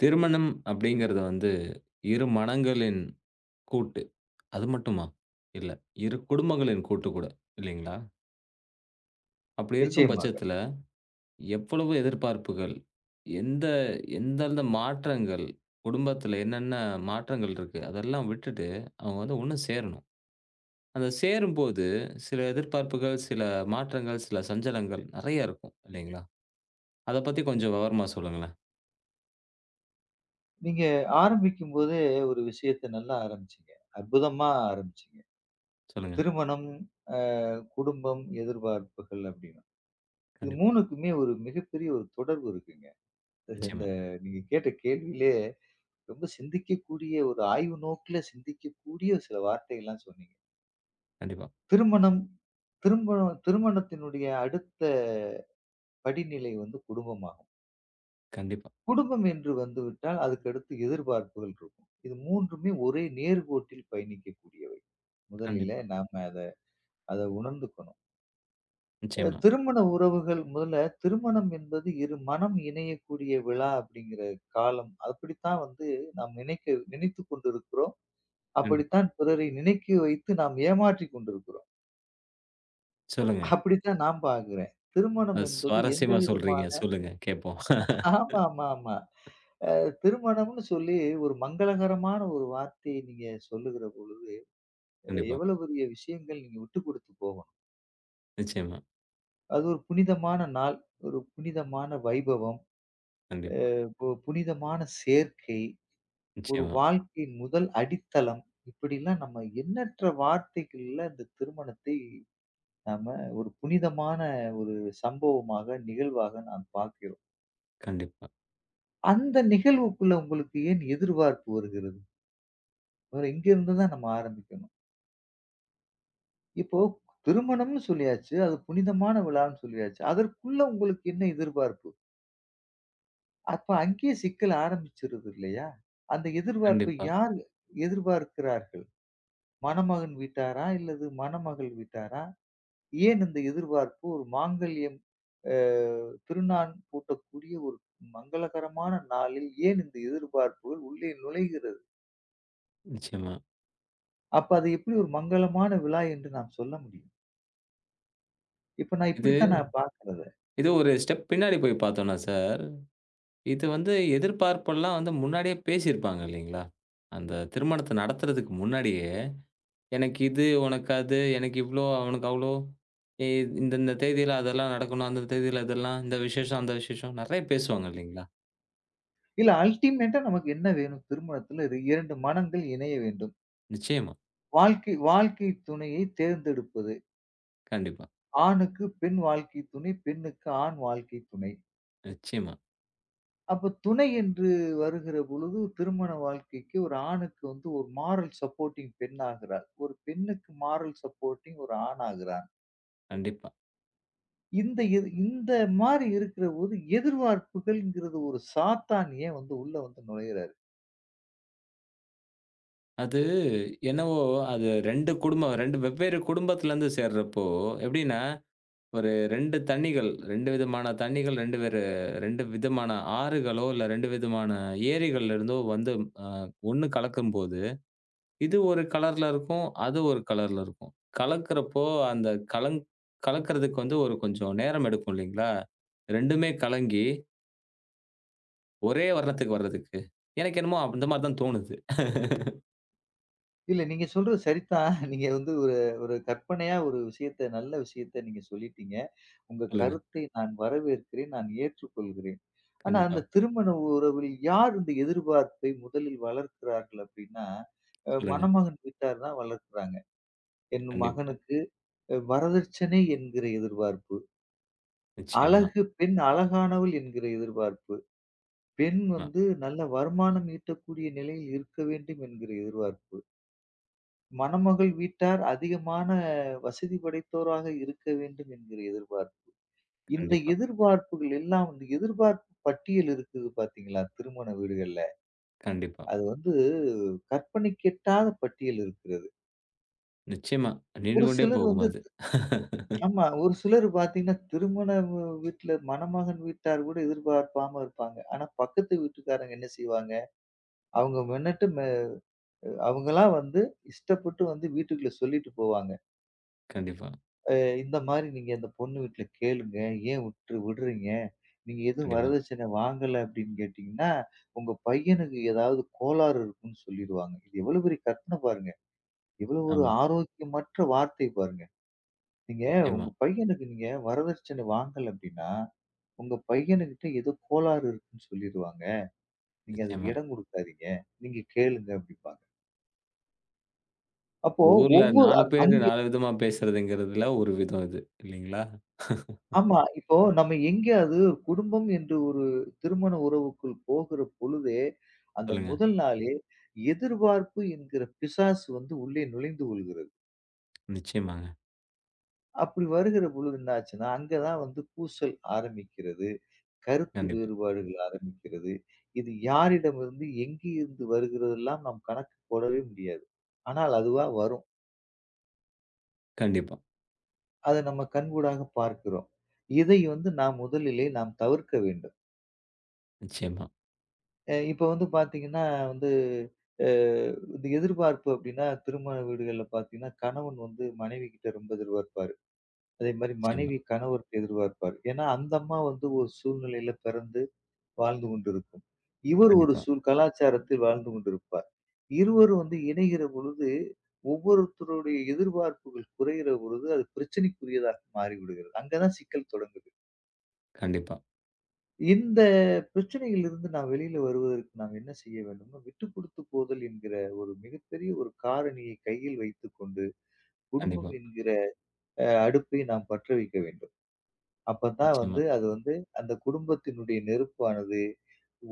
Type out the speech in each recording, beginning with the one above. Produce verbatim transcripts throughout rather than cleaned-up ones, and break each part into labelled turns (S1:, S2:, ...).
S1: திருமணம் அப்படிங்கிறது வந்து, இரு மனங்களின் கூட்டு. அது மட்டுமா? இல்ல, இரு குடும்பங்களின் கூட்டு கூட, இல்லைங்களா? அப்படி இருக்கும்
S2: நிச்சயமாக.
S1: பட்சத்தில, எவ்வளவு எதிர்பார்ப்புகள்? எந்த எந்தெந்த மாற்றங்கள்? குடும்பத்தில என்னென்ன மாற்றங்கள் இருக்கு? அதெல்லாம் விட்டுட்டு, அவங்க வந்து ஒண்ணு சேரணும். அந்த சேரும்போது, சில எதிர்பார்ப்புகள், சில மாற்றங்கள், சில சஞ்சலங்கள் நெறைய இருக்கும், இல்லைங்களா? அத பத்தி கொஞ்சம் விவரமா சொல்லுங்களேன்.
S2: நீங்க ஆரம்பிக்கும்போதே ஒரு விஷயத்த நல்லா ஆரம்பிச்சீங்க. அற்புதமா ஆரம்பிச்சீங்க.
S1: சொல்லுங்க.
S2: திருமணம், அ குடும்பம், எதிர்பார்ப்புகள் அப்படின்னு. இது
S1: கண்டிப்பா.
S2: மூன்றுக்குமே ஒரு மிகப்பெரிய ஒரு தொடர்பு இருக்குங்க. இந்த
S1: நிச்சயமா.
S2: நீங்க கேட்ட கேள்வியிலே ரொம்ப சிந்திக்கக்கூடிய ஒரு ஆய்வு நோக்குல சிந்திக்கக்கூடிய சில வார்த்தைகள்லாம் சொன்னீங்க.
S1: கண்டிப்பா.
S2: திருமணம் திருமணம் திருமணத்தினுடைய அடுத்த படிநிலை வந்து குடும்பமாகும்.
S1: கண்டிப்பா.
S2: குடும்பம் என்று வந்துவிட்டால் அதுக்கடுத்து எதிர்பார்ப்புகள் இருக்கும். இது மூன்றுமே ஒரே நேர்கோட்டில் பயணிக்கக்கூடியவை. முதலிலே
S1: கண்டிப்பா.
S2: நாம அத அத உணர்ந்துக்கணும். அ
S1: நிச்சயமா.
S2: திருமண உறவுகள் முதல்ல திருமணம் என்பது இரு மனம் இணையக்கூடிய விழா அப்படிங்கிற காலம். அப்படித்தான் வந்து நாம் நினைக்க நினைத்துக் கொண்டிருக்கிறோம்.
S1: கண்டிப்பா.
S2: அப்படித்தான் பிறரை நினைக்க வைத்து நாம் ஏமாற்றிக் கொண்டிருக்கிறோம்.
S1: சொல்லுங்க.
S2: அப்படித்தான் நான் பார்க்கிறேன். திருமணம்
S1: அது
S2: என்பது எந்த
S1: சுவாரஸ்யமா சொல்றீங்க.
S2: விதமான
S1: சொல்லுங்க கேட்போம்.
S2: ஆமாமாமா. அ திருமணம்னு சொல்லி ஒரு மங்களகரமான ஒரு வார்த்தையை நீங்க சொல்லுகிற போது,
S1: கண்டிப்பா.
S2: எவ்வளவு பெரிய விஷயங்கள் நீங்க விட்டுக் குடுத்து போகணும்.
S1: நிச்சயமா.
S2: அது ஒரு புனிதமான நாள், ஒரு புனிதமான வைபவம்.
S1: கண்டிப்பா.
S2: இப்போ புனிதமான சேர்க்கை, ஒரு
S1: நிச்சயமா.
S2: வாழ்க்கையின் முதல் அடித்தளம். இப்படிலாம் நம்ம எண்ணற்ற வார்த்தைகள்ல இந்த திருமணத்தை நாம ஒரு புனிதமான ஒரு சம்பவமாக, நிகழ்வாக நாம் பார்க்கிறோம்.
S1: கண்டிப்பா.
S2: அந்த நிகழ்வுக்குள்ள உங்களுக்கு ஏன் எதிர்பார்ப்பு வருகிறது? முதல்ல இங்கிருந்து தான் நம்ம ஆரம்பிக்கணும். இப்போ திருமணம்னு சொல்லியாச்சு. அது புனிதமான விழான்னு சொல்லியாச்சு. அதற்குள்ள உங்களுக்கு என்ன எதிர்பார்ப்பு? அப்ப அங்கேயே சிக்கல் ஆரம்பிச்சிருது இல்லையா? அந்த எதிர்பார்ப்பை
S1: கண்டிப்பா.
S2: யார் எதிர்பார்க்கிறார்கள்? மணமகன் வீட்டாரா? இல்லது மணமகள் வீட்டாரா? ஏன் இந்த எதிர்பார்ப்பு? ஒரு மாங்கல்யம் அ திருநான் பூட்டக்கூடிய ஒரு மங்களகரமான நாளில் ஏன் இந்த எதிர்பார்ப்புகள் உள்ளே நுழைகிறது?
S1: நிச்சயமா.
S2: அப்ப அது எப்படி ஒரு மங்களமான விழா என்று நாம் சொல்ல முடியும்? இப்ப நான்
S1: இது
S2: இப்படித்தான் நான் பார்க்கிறேன் அத.
S1: இது ஒரு ஸ்டெப் பின்னாடி போய் பார்த்தோம்னா சார், இது வந்து எதிர்பார்ப்பெல்லாம் வந்து முன்னாடியே பேசியிருப்பாங்க இல்லைங்களா? அந்த திருமணத்த நடத்துறதுக்கு முன்னாடியே, எனக்கு இது, உனக்கு அது, எனக்கு இவ்ளோ, அவனுக்கு அவ்ளோ, இ இந்த இந்த தேதியில அதெல்லாம் நடக்கணும். அந்த தேதியில இதெல்லாம், இந்த விசேஷம், அந்த விசேஷம் நெறைய பேசுவாங்க இல்லைங்களா?
S2: இல்ல அல்டிமேட்டா நமக்கு என்ன வேணும் திருமணத்துல? இது இரண்டு மனங்கள் இணைய வேண்டும்.
S1: நிச்சயமா.
S2: வாழ்க்கை வாழ்க்கை துணையை தேர்ந்தெடுப்பது.
S1: கண்டிப்பா.
S2: ஆணுக்கு பெண் வாழ்க்கை துணை, பெண்ணுக்கு ஆண் வாழ்க்கை துணை.
S1: நிச்சயமா.
S2: அப்ப துணை என்று வருகிற பொழுது திருமண வாழ்க்கைக்கு ஒரு ஆணுக்கு வந்து ஒரு மாரல் சப்போர்ட்டிங் பெண் ஆகிறார். ஒரு பெண்ணுக்கு மாரல் சப்போர்ட்டிங் ஒரு ஆண் ஆகிறான்.
S1: கண்டிப்பா.
S2: இந்த இது இந்த மாரி இருக்கிற போது எதிர்பார்ப்புகள்ங்கிறது ஒரு சாத்தான் ஏன் வந்து உள்ள வந்து நுழையிறாரு?
S1: அது என்னவோ அது ரெண்டு குடும்பம் ரெண்டு வெவ்வேறு குடும்பத்திலருந்து சேர்றப்போ, எப்படின்னா, ஒரு ரெண்டு தண்ணிகள், ரெண்டு விதமான தண்ணிகள், ரெண்டு வேறு ரெண்டு விதமான ஆறுகளோ, இல்ல ரெண்டு விதமான ஏரிகள்லேருந்தோ வந்து அ ஒண்ணு கலக்கும்போது, இது ஒரு கலர்ல இருக்கும், அது ஒரு கலர்ல இருக்கும். கலக்கிறப்போ, அந்த கலங் கலக்கிறதுக்கு வந்து ஒரு கொஞ்சம் நேரம் எடுக்கும் இல்லைங்களா? ரெண்டுமே கலங்கி, ஒரே வர்ணத்துக்கு வர்றதுக்கு. எனக்கு என்னமோ அந்த மாரி தான் தோணுது.
S2: இல்ல நீங்க சொல்றது சரிதான். நீங்க வந்து ஒரு ஒரு கற்பனையா ஒரு விஷயத்த நல்ல விஷயத்த நீங்க சொல்லிட்டீங்க. உங்க
S1: சொல்லுங்க.
S2: கருத்தை நான் வரவேற்கிறேன். நான் ஏற்றுக்கொள்கிறேன். ஆனா
S1: கண்டிப்பா.
S2: அந்த திருமண உறவில் யார் இந்த எதிர்பார்ப்பை முதலில் வளர்க்கிறார்கள் அப்படின்னா, அ
S1: சொல்லுங்க.
S2: மணமகன் வீட்டார் தான் வளர்க்கிறாங்க. என்
S1: கண்டிப்பா.
S2: மகனுக்கு அ வரதட்சணை என்கிற எதிர்பார்ப்பு,
S1: நிச்சயமா.
S2: அழகு பெண் அழகானவள் என்கிற எதிர்பார்ப்பு, பெண்
S1: அ
S2: வந்து நல்ல வருமானம் ஈட்டக்கூடிய நிலையில் இருக்க வேண்டும் என்கிற எதிர்பார்ப்பு. மணமகள் வீட்டார் அதிகமான வசதி படைத்தோராக இருக்க வேண்டும் என்கிற எதிர்பார்ப்பு. இந்த
S1: கண்டிப்பா,
S2: எதிர்பார்ப்புகள் எல்லாம் இந்த எதிர்பார்ப்பு பட்டியல் இருக்குது பாத்தீங்களா? திருமண வீடுகள்ல.
S1: கண்டிப்பா.
S2: அது வந்து கற்பனைக்கெட்டாத பட்டியல் இருக்கிறது.
S1: நிச்சயமா. நீண்டு
S2: ஒரு
S1: கொண்டே
S2: சிலர்
S1: போகும்
S2: வந்து
S1: அது.
S2: ஆமா. ஒரு சிலர் பாத்தீங்கன்னா, திருமண வ வீட்ல மணமகன் வீட்டார் கூட எதிர்பார்ப்பாம இருப்பாங்க. ஆனா, பக்கத்து வீட்டுக்காரங்க என்ன செய்வாங்க? அவங்க மெனட்டு மெ அவங்களா வந்து இஷ்டப்பட்டு வந்து வீட்டுக்குள்ள சொல்லிட்டு போவாங்க.
S1: கண்டிப்பா,
S2: இந்த மாரி நீங்க அந்த பொண்ணு வீட்ல கேளுங்க. ஏன் விட்ரு விடுறீங்க? நீங்க எதுவும்
S1: கண்டிப்பா.
S2: வரதட்சணை வாங்கல அப்படின்னு கேட்டீங்கன்னா, உங்க பையனுக்கு ஏதாவது கோளாறு இருக்குன்னு சொல்லிருவாங்க. இது எவ்வளவு பெரிய கற்பனை பாருங்க. எவ்வளவு ஒரு
S1: ஆமா.
S2: ஆரோக்கியமற்ற வார்த்தை பாருங்க. நீங்க
S1: நிச்சயமா,
S2: உங்க பையனுக்கு நீங்க வரதட்சணை வாங்கல அப்படின்னா, உங்க பையனுகிட்ட ஏதோ கோளாறு இருக்குன்னு சொல்லிருவாங்க. நீங்க அதுக்கு
S1: நிச்சயமா.
S2: இடம் குடுக்காதீங்க. நீங்க கேளுங்க அப்படிம்பாங்க. அப்போ
S1: ஊர்ல
S2: ஒவ்வொரு அ
S1: நாலு பேரு
S2: அங்க
S1: நாலு விதமா பேசுறதுங்கிறதுல ஒரு விதம் இது. இல்லைங்களா?
S2: ஆமா. இப்போ நம்ம எங்கேயாவது குடும்பம் என்று ஒரு திருமண உறவுக்குள் போகிற பொழுதே, அந்த
S1: சொல்லுங்க.
S2: முதல் நாளே எதிர்பார்ப்பு என்கிற பிசாசு வந்து உள்ளே நுழைந்து கொள்கிறது.
S1: நிச்சயமாங்க.
S2: அப்படி வருகிற பொழுது என்ன ஆச்சுன்னா, அங்க தான் வந்து பூசல் ஆரம்பிக்கிறது. கருத்து
S1: கண்டிப்பா,
S2: வேறுபாடுகள் ஆரம்பிக்கிறது. இது யாரிடமிருந்து, எங்கேயிருந்து வருகிறதெல்லாம் நாம் கணக்கு போடவே முடியாது. ஆனால் அதுவா வரும்.
S1: கண்டிப்பா.
S2: அதை நம்ம கண்கூடாக பார்க்கிறோம். இதை வந்து நாம் முதலிலே நாம் தவிர்க்க வேண்டும்.
S1: நிச்சயமா,
S2: அ இப்ப வந்து பார்த்தீங்கன்னா வந்து, அ இந்த எதிர்பார்ப்பு அப்டின்னா, திருமண வீடுகள்ல பார்த்தீங்கன்னா, கணவன் வந்து மனைவி கிட்ட ரொம்ப எதிர்பார்ப்பாரு. அதேமாரி
S1: நிச்சயமா.
S2: மனைவி கணவர்ட்ட எதிர்பார்ப்பாரு. ஏன்னா, அந்த அம்மா வந்து ஒரு சூழ்நிலையில பிறந்து வாழ்ந்து கொண்டிருக்கும். இவர் ஒரு
S1: கண்டிப்பா,
S2: சூழ் கலாச்சாரத்தில் வாழ்ந்து கொண்டிருப்பார். இருவரும் வந்து இணைகிற பொழுது, ஒவ்வொருத்தருடைய எதிர்பார்ப்புகள் குறைகிற பொழுது, அது பிரச்சனைக்குரியதாக மாறிவிடுகிறது. அங்க தான் சிக்கல் தொடங்குது.
S1: கண்டிப்பா,
S2: இந்த பிரச்சனையிலிருந்து நான் வெளியில வருவதற்கு நாம் என்ன செய்ய வேண்டும்னா, விட்டுக் குடுத்து போதல் என்கிற ஒரு மிகப்பெரிய ஒரு காரணியை கையில் வைத்துக்கொண்டு, குடும்பம்
S1: கண்டிப்பா.
S2: என்கிற அ அடுப்பை நாம் பற்ற வைக்க வேண்டும். அப்பதான்
S1: நிச்சயமா.
S2: வந்து அது வந்து அந்த குடும்பத்தினுடைய நெருப்பானது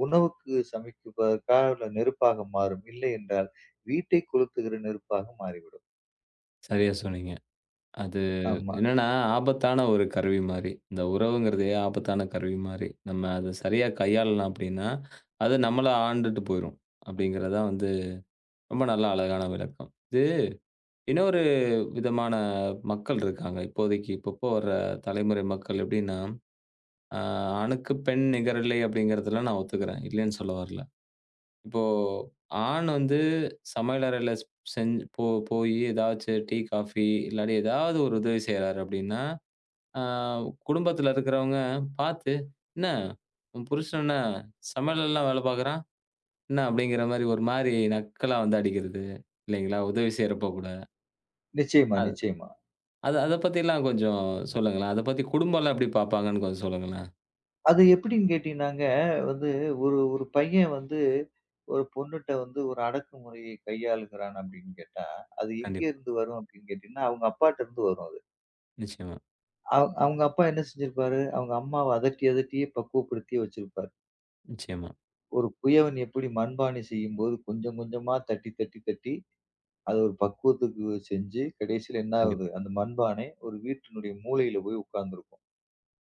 S2: உணவுக்கு சமைப்பதற்கான நெருப்பாக மாறும். இல்லை என்றால் வீட்டை கொளுத்துகிற நெருப்பாக மாறிவிடும்.
S1: சரியா சொன்னீங்க. அது
S2: ஆமா.
S1: என்னன்னா, ஆபத்தான ஒரு கருவி மாரி. இந்த உறவுங்கிறதே ஆபத்தான கருவி மாரி. நம்ம அத சரியா கையாளலாம் அப்படின்னா, அது நம்மள ஆண்டுட்டு போயிரும். அப்படிங்கிறதான் வந்து ரொம்ப நல்ல அழகான விளக்கம். இது இன்னொரு விதமான மக்கள் இருக்காங்க. இப்போதைக்கு இப்பப்போ வர தலைமுறை மக்கள் எப்படின்னா, அ "ஆணுக்கு பெண் நிகரில்லை" அப்படிங்கிறதுல நான் ஒத்துக்கிறேன். இல்லைன்னு சொல்ல வரல. இப்போ ஆண் வந்து சமையலறையில ஸ் செஞ் போ போயி ஏதாச்சு டீ, காஃபி இல்லாட்டி ஏதாவது ஒரு உதவி செய்றாரு அப்படின்னா, அ குடும்பத்தில இருக்கிறவங்க பார்த்து, "என்ன உன் புருஷன் என்ன சமையலல்லாம் வேலை பார்க்குறான்? என்ன?" அப்படிங்கிற மாரி ஒரு மாரி நக்கலா வந்து அடிக்கிறது. இல்லைங்களா? உதவி செய்றப்போ கூட.
S2: நிச்சயமா, நிச்சயமா.
S1: அது அத பத்திலாம் கொஞ்சம் சொல்லுங்களேன். அத பத்தி குடும்பம்லாம் எப்படி பார்ப்பாங்கன்னு கொஞ்சம் சொல்லுங்களேன்?
S2: அது எப்படின்னு கேட்டீங்கன்னாங்க, வந்து ஒரு ஒரு பையன் வந்து ஒரு பொண்ணுட்ட வந்து ஒரு அடக்குமுறையை கையாளுகிறான் அப்படின்னு கேட்டா, அது
S1: கண்டிப்பா.
S2: எங்கேருந்து வரும் அப்படின்னு கேட்டீங்கன்னா, அவங்க அப்பாட்டருந்து வரும் அது.
S1: நிச்சயமா,
S2: அவ் அவங்க அப்பா என்ன செஞ்சிருப்பாரு, அவங்க அம்மாவ அதட்டி அதட்டியே பக்குவப்படுத்தியே வச்சிருப்பாரு.
S1: நிச்சயமா.
S2: ஒரு குயவன் எப்படி மண்பானை செய்யும்போது கொஞ்சம் கொஞ்சமா தட்டி தட்டி தட்டி அத ஒரு பக்குவத்துக்கு செஞ்சு கடைசியில என்ன
S1: கண்டிப்
S2: ஆகுது, அந்த மண்பானை ஒரு வீட்டினுடைய மூலையில போய் உட்கார்ந்திருக்கும்.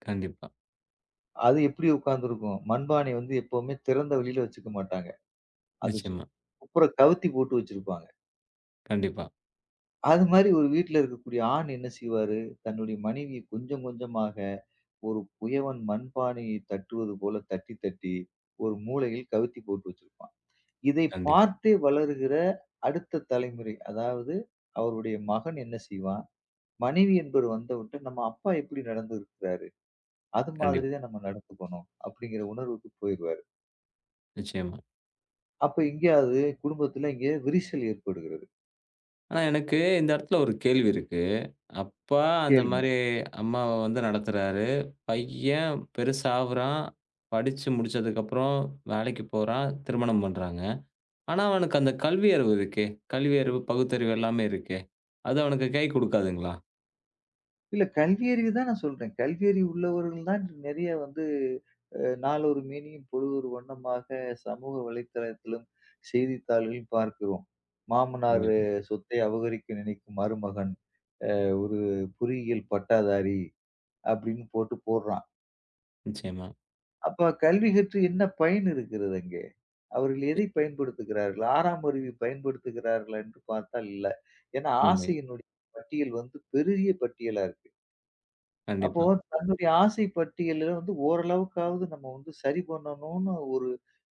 S1: கண்டிப்பா.
S2: அது எப்படி உட்கார்ந்திருக்கும், மண்பானை வந்து எப்பவுமே திறந்த வெளியில வச்சுக்க மாட்டாங்க. அது சு
S1: நிச்சயமா.
S2: அப்புறம் கவுத்தி போட்டு வச்சிருப்பாங்க.
S1: கண்டிப்பா,
S2: அது மாரி ஒரு வீட்ல இருக்கக்கூடிய ஆண் என்ன செய்வாரு, தன்னுடைய மனைவியை கொஞ்சம் கொஞ்சமாக ஒரு குயவன் மண்பானையை தட்டுவது போல தட்டி தட்டி ஒரு மூலையில் கவுத்தி போட்டு வச்சிருப்பான். இதை
S1: கண்டிப்பா,
S2: பார்த்தே வளருகிற அடுத்த தலைமுறை, அதாவது அவருடைய மகன் என்ன செய்வான், மனைவி என்பவர் வந்தவுட்ட நம்ம அப்பா எப்படி நடந்துருக்கிறாரு, அது மாதிரி
S1: கண்டிப்பா.
S2: தான் நம்ம நடந்துக்கணும் அப்படிங்கிற உணர்வுக்கு போயிருவாரு.
S1: நிச்சயமா.
S2: அப்ப எங்கேயாவது குடும்பத்துல இங்க விரிசல் ஏற்படுகிறது.
S1: ஆனா எனக்கு இந்த இடத்துல ஒரு கேள்வி இருக்கு. அப்பா அந்த
S2: கேளுங்க.
S1: மாரி அம்மாவ வந்து நடத்துறாரு. பையன் பெருசாவுறான். படிச்சு முடிச்சதுக்கப்புறம் வேலைக்கு போறான். திருமணம் பண்றாங்க. ஆனா அவனுக்கு அந்த கல்வி அறிவு இருக்கே! கல்வி அறிவு, பகுத்தறிவு எல்லாமே இருக்கே! அது அவனுக்கு கை குடுக்காதுங்களா?
S2: இல்ல கல்வியறிவு தான் நான் சொல்றேன். கல்வியறிவு உள்ளவர்கள் தான் நிறைய வந்து அ நாளொரு மேனியும் பொழுதொரு வண்ணமாக சமூக வலைத்தளத்திலும், செய்தித்தாள்களில் பார்க்கிறோம். மாமனார்
S1: கண்டிப்பா.
S2: அஹ், சொத்தை அபகரிக்க நினைக்கும் மருமகன், அஹ், ஒரு பொறியியல் பட்டாதாரி அப்படின்னு போட்டு போடுறான்.
S1: நிச்சயமா.
S2: அப்ப கல்வி கற்று என்ன பயன் இருக்கிறது அங்கே? அவர்கள்
S1: எ
S2: எதை பயன்படுத்துகிறார்கள்? ஆறாம் அறிவை பயன்படுத்துகிறார்களா என்று பார்த்தால் இல்ல. ஏன்னா
S1: இல்லை.
S2: ஆசையினுடைய பட்டியல் வந்து பெரிய பட்டியலா இருக்கு. அப்போ
S1: கண்டிப்பா.
S2: தன்னுடைய ஆசை பட்டியல்ல வந்து ஓரளவுக்காவது நம்ம வந்து சரி பண்ணணும்னு ஒரு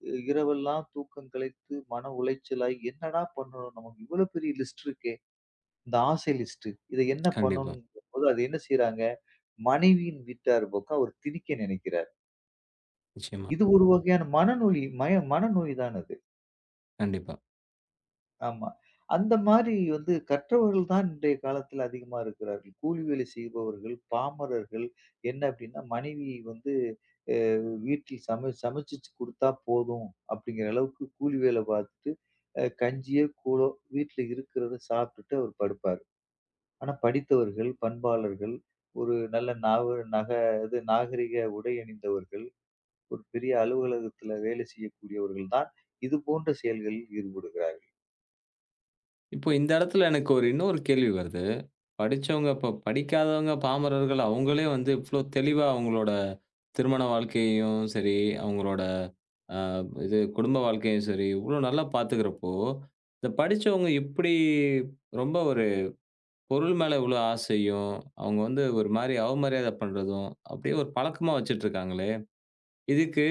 S2: அஹ், இரவெல்லாம் தூக்கம் கலைத்து மன உளைச்சலாய் என்னடா பண்ணணும் நமக்கு இவ்வளவு பெரிய லிஸ்ட் இருக்கே இந்த ஆசை லிஸ்ட் இதை என்ன
S1: கண்டிப்பா.
S2: பண்ணணும் போது அது என்ன செய்றாங்க மனைவியின் வீட்டார் பக்கம் அவர் திணிக்க நினைக்கிறார்.
S1: நிச்சயமா.
S2: இது ஒரு வகையான மனநோய் மய மனநோய் தான் அது.
S1: கண்டிப்பா.
S2: ஆமா. அந்த மாரி வந்து கற்றவர்கள் தான் இன்றைய காலத்துல அதிகமா இருக்கிறார்கள். கூலி வேலை செய்பவர்கள், பாமரர்கள் என்ன அப்டின்னா, மனைவி வந்து அ வீட்டில் சம சமைச்சு குடுத்தா போதும் அப்டிங்கிற அளவுக்கு கூலி வேல பார்த்துட்டு, அ கஞ்சியோ, கூழோ வீட்ல இருக்கிறத சாப்ட்டுட்டு அவர் படுப்பாரு. ஆனா படித்தவர்கள், பண்பாளர்கள், ஒரு நல்ல நாக நக இது நாகரிக உடை அணிந்தவர்கள், ஒரு பெரிய அலுவலகத்துல வேலை செய்யக்கூடியவர்கள் தான் இது போன்ற செயல்களில் ஈடுபடுகிறார்கள்.
S1: இப்போ இந்த இடத்துல எனக்கு ஒரு இன்னொரு கேள்வி வருது. படிச்சவங்க இப்ப படிக்காதவங்க பாமரர்கள் அவங்களே வந்து இவ்ளோ தெளிவா அவங்களோட திருமண வாழ்க்கையையும் சரி, அவங்களோட அ இது குடும்ப வாழ்க்கையும் சரி, இவ்ளோ நல்லா பார்த்துக்கிறப்போ, இந்த படிச்சவங்க இப்படி ரொம்ப ஒரு பொருள் மேல இவ்ளோ ஆசையும், அவங்க வந்து ஒரு மாரி அவமரியாதை பண்றதும், அப்படியே ஒரு பழக்கமா வச்சுட்டு இருக்காங்களே! இதுக்கு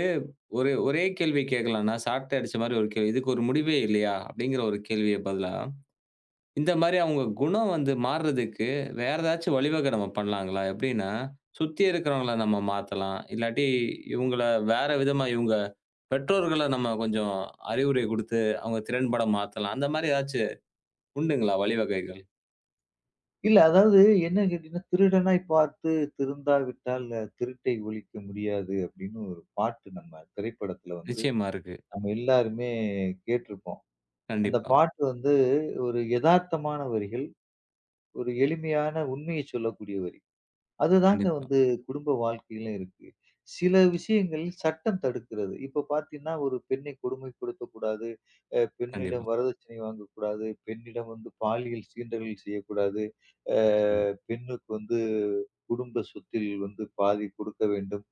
S1: ஒரு ஒரே கேள்வி கேட்கலாம். நான் சாட்டை அடிச்ச மாரி ஒரு கேள்வி. இதுக்கு ஒரு முடிவே இல்லையா? அப்படிங்கிற ஒரு கேள்விய பதிலா, இந்த மாரி அவங்க குணம் வந்து மாறுறதுக்கு வேற ஏதாச்சும் வழிவகை நம்ம பண்ணலாங்களா? எப்படின்னா, சுத்தி இருக்கிறவங்கள நம்ம மாத்தலாம். இல்லாட்டி இவங்கள வேற விதமா இவங்க பெற்றோர்கள நம்ம கொஞ்சம் அறிவுரை குடுத்து, அவங்க திறன்பட மாத்தலாம். அந்த மாரி ஏதாச்சும் உண்டுங்களா வழிவகைகள்?
S2: இல்ல. அதாவது என்ன கேட்டீங்கன்னா, "திருடனாய் பார்த்து திருந்தாவிட்டால் அஹ், திருட்டை ஒழிக்க முடியாது" அப்படின்னு ஒரு பாட்டு நம்ம திரைப்படத்துல வந்து
S1: நிச்சயமா இருக்கு.
S2: நம்ம எல்லாருமே கேட்டிருப்போம். அந்த
S1: கண்டிப்பா,
S2: பாட்டு வந்து ஒரு எதார்த்தமான வரிகள். ஒரு எளிமையான உண்மையை சொல்லக்கூடிய வரி. அதுதாங்க
S1: கண்டிப்பா,
S2: வந்து குடும்ப வாழ்க்கையில இருக்கு. சில விஷயங்கள் சட்டம் தடுக்கிறது. இப்ப பார்த்தீங்கன்னா, ஒரு பெண்ணை கொடுமைப்படுத்தக்கூடாது. அ பெண்ணிடம்
S1: கண்டிப்பா.
S2: வரதட்சணை வாங்கக்கூடாது. பெண்ணிடம் வந்து பாலியல் சீண்டல்கள் செய்யக்கூடாது. அ
S1: நிச்சயமா,
S2: பெண்ணுக்கு வந்து குடும்ப சொத்தில் வந்து பாதி கொடுக்க வேண்டும்.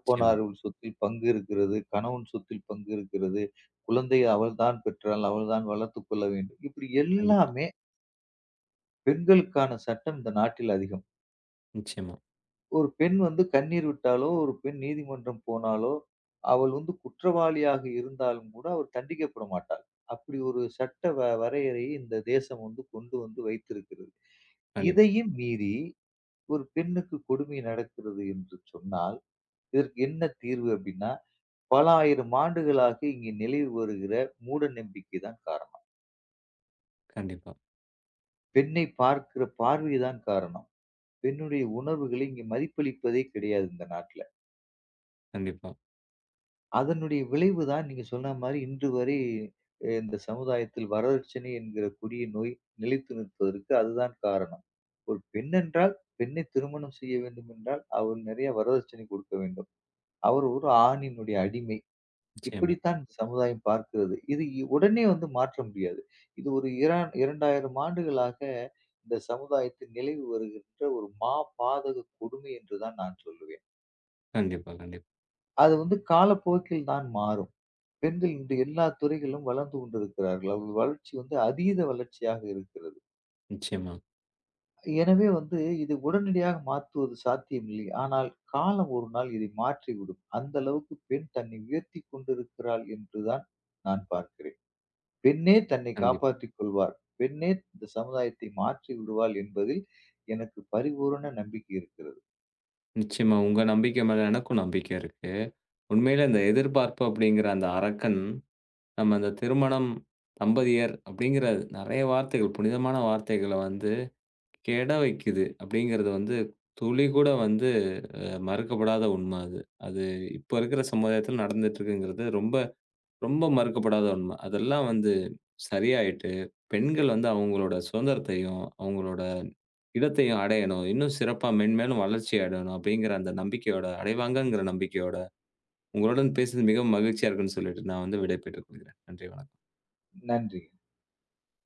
S1: நிச்சயமா.
S2: சொத்தில் பங்கு இருக்கிறது. கணவன் சொத்தில் பங்கு இருக்கிறது. குழந்தையை அவள்தான் பெற்றாள். அவள்தான் வளர்த்துக் கொள்ள வேண்டும். இப்படி
S1: கண்டிப்பா,
S2: எல்லாமே பெண்களுக்கான சட்டம் இந்த நாட்டில் அதிகம்.
S1: நிச்சயமா.
S2: ஒரு பெண் வந்து கண்ணீர் விட்டாலோ, ஒரு பெண் நீதிமன்றம் போனாலோ, அவள் வந்து குற்றவாளியாக இருந்தாலும் கூட அவள் தண்டிக்கப்பட மாட்டாள். அப்படி ஒரு சட்ட வ வரையறையை இந்த தேசம் வந்து கொண்டு வந்து வைத்திருக்கிறது.
S1: கண்டிப்பா,
S2: இதையும் மீறி ஒரு பெண்ணுக்கு கொடுமை நடக்கிறது என்று சொன்னால், இதற்கு என்ன தீர்வு அப்படின்னா, பல ஆயிரம் ஆண்டுகளாக இங்கு நிலவி வருகிற மூட நம்பிக்கை தான் காரணம்.
S1: கண்டிப்பா,
S2: பெண்ணை பார்க்கிற பார்வை தான் காரணம். பெண்ணுடைய உணர்வுகளை இங்கு மதிப்பளிப்பதே கிடையாது இந்த நாட்ல.
S1: கண்டிப்பா.
S2: அதனுடைய விளைவு தான் நீங்க சொன்ன மாரி இன்று வரை அ இந்த சமுதாயத்தில் வரதட்சணை என்கிற கொடிய நோய் நிலைத்து நிற்பதற்கு அதுதான் காரணம். ஒரு பெண் என்றால் பெண்ணை திருமணம் செய்ய வேண்டும் என்றால் அவர் நிறைய வரதட்சணை கொடுக்க வேண்டும். அவர் ஒரு ஆணினுடைய அடிமை.
S1: நிச்சயமா.
S2: இப்படித்தான் இந்த சமுதாயம் பார்க்கிறது. இது இ- உடனே வந்து மாற்ற முடியாது. இது ஒரு இரா இரண்டாயிரம் ஆண்டுகளாக இந்த சமுதாயத்தில் நிலவி வருகின்ற ஒரு மாபாதக கொடுமை என்று தான் நான் சொல்லுவேன்.
S1: கண்டிப்பா, கண்டிப்பா.
S2: அது வந்து காலப்போக்கில் தான் மாறும். பெண்கள் இன்று எல்லா துறைகளிலும் வளர்ந்து கொண்டிருக்கிறார்கள். அவர்கள் வளர்ச்சி வந்து அதீத வளர்ச்சியாக இருக்கிறது.
S1: நிச்சயமா,
S2: எனவே வந்து இது உடனடியாக மாற்றுவது சாத்தியமில்லை. ஆனால் காலம் ஒரு நாள் இதை மாற்றிவிடும். அந்த அளவுக்கு பெண் தன்னை உயர்த்திக் கொண்டிருக்கிறாள் என்றுதான் நான் பார்க்கிறேன். பெண்ணே தன்னை
S1: கண்டிப்பா.
S2: காப்பாற்றிக் கொள்வார். பெண்ணே இந்த சமுதாயத்தை மாற்றி விடுவாள் என்பதில் எனக்கு பரிபூரண நம்பிக்கை இருக்கிறது.
S1: நிச்சயமா உங்க நம்பிக்கை மேல எனக்கும் நம்பிக்கை இருக்கு. உண்மையில இந்த எதிர்பார்ப்பு அப்படிங்கிற அந்த அரக்கன், நம்ம அந்த திருமணம், தம்பதியர் அப்படிங்கிற நெறைய வார்த்தைகள், புனிதமான வார்த்தைகள வந்து கெட வைக்குது அப்படிங்கிறது வந்து துளி கூட வந்து மறுக்கப்படாத உண்ம அது. அது இப்ப இருக்கிற சமுதாயத்தில நடந்துட்டு இருக்குங்கிறது ரொம்ப ரொம்ப மறுக்கப்படாத உண்ம. அதெல்லாம் வந்து சரியாயிட்டு, பெண்கள் வந்து அவங்களோட சுதந்திரத்தையும், அவங்களோட இடத்தையும் அடையணும். இன்னும் சிறப்பா மென்மேலும் வளர்ச்சி அடையணும் அப்படிங்கிற அந்த நம்பிக்கையோட, அடைவாங்கங்கிற நம்பிக்கையோட, உங்களுடன் பேசியது மிகவும் மகிழ்ச்சியா இருக்குன்னு சொல்லிட்டு நான் வந்து விடை பெற்றுக் கொள்கிறேன். நன்றி, வணக்கம்.
S2: நன்றி.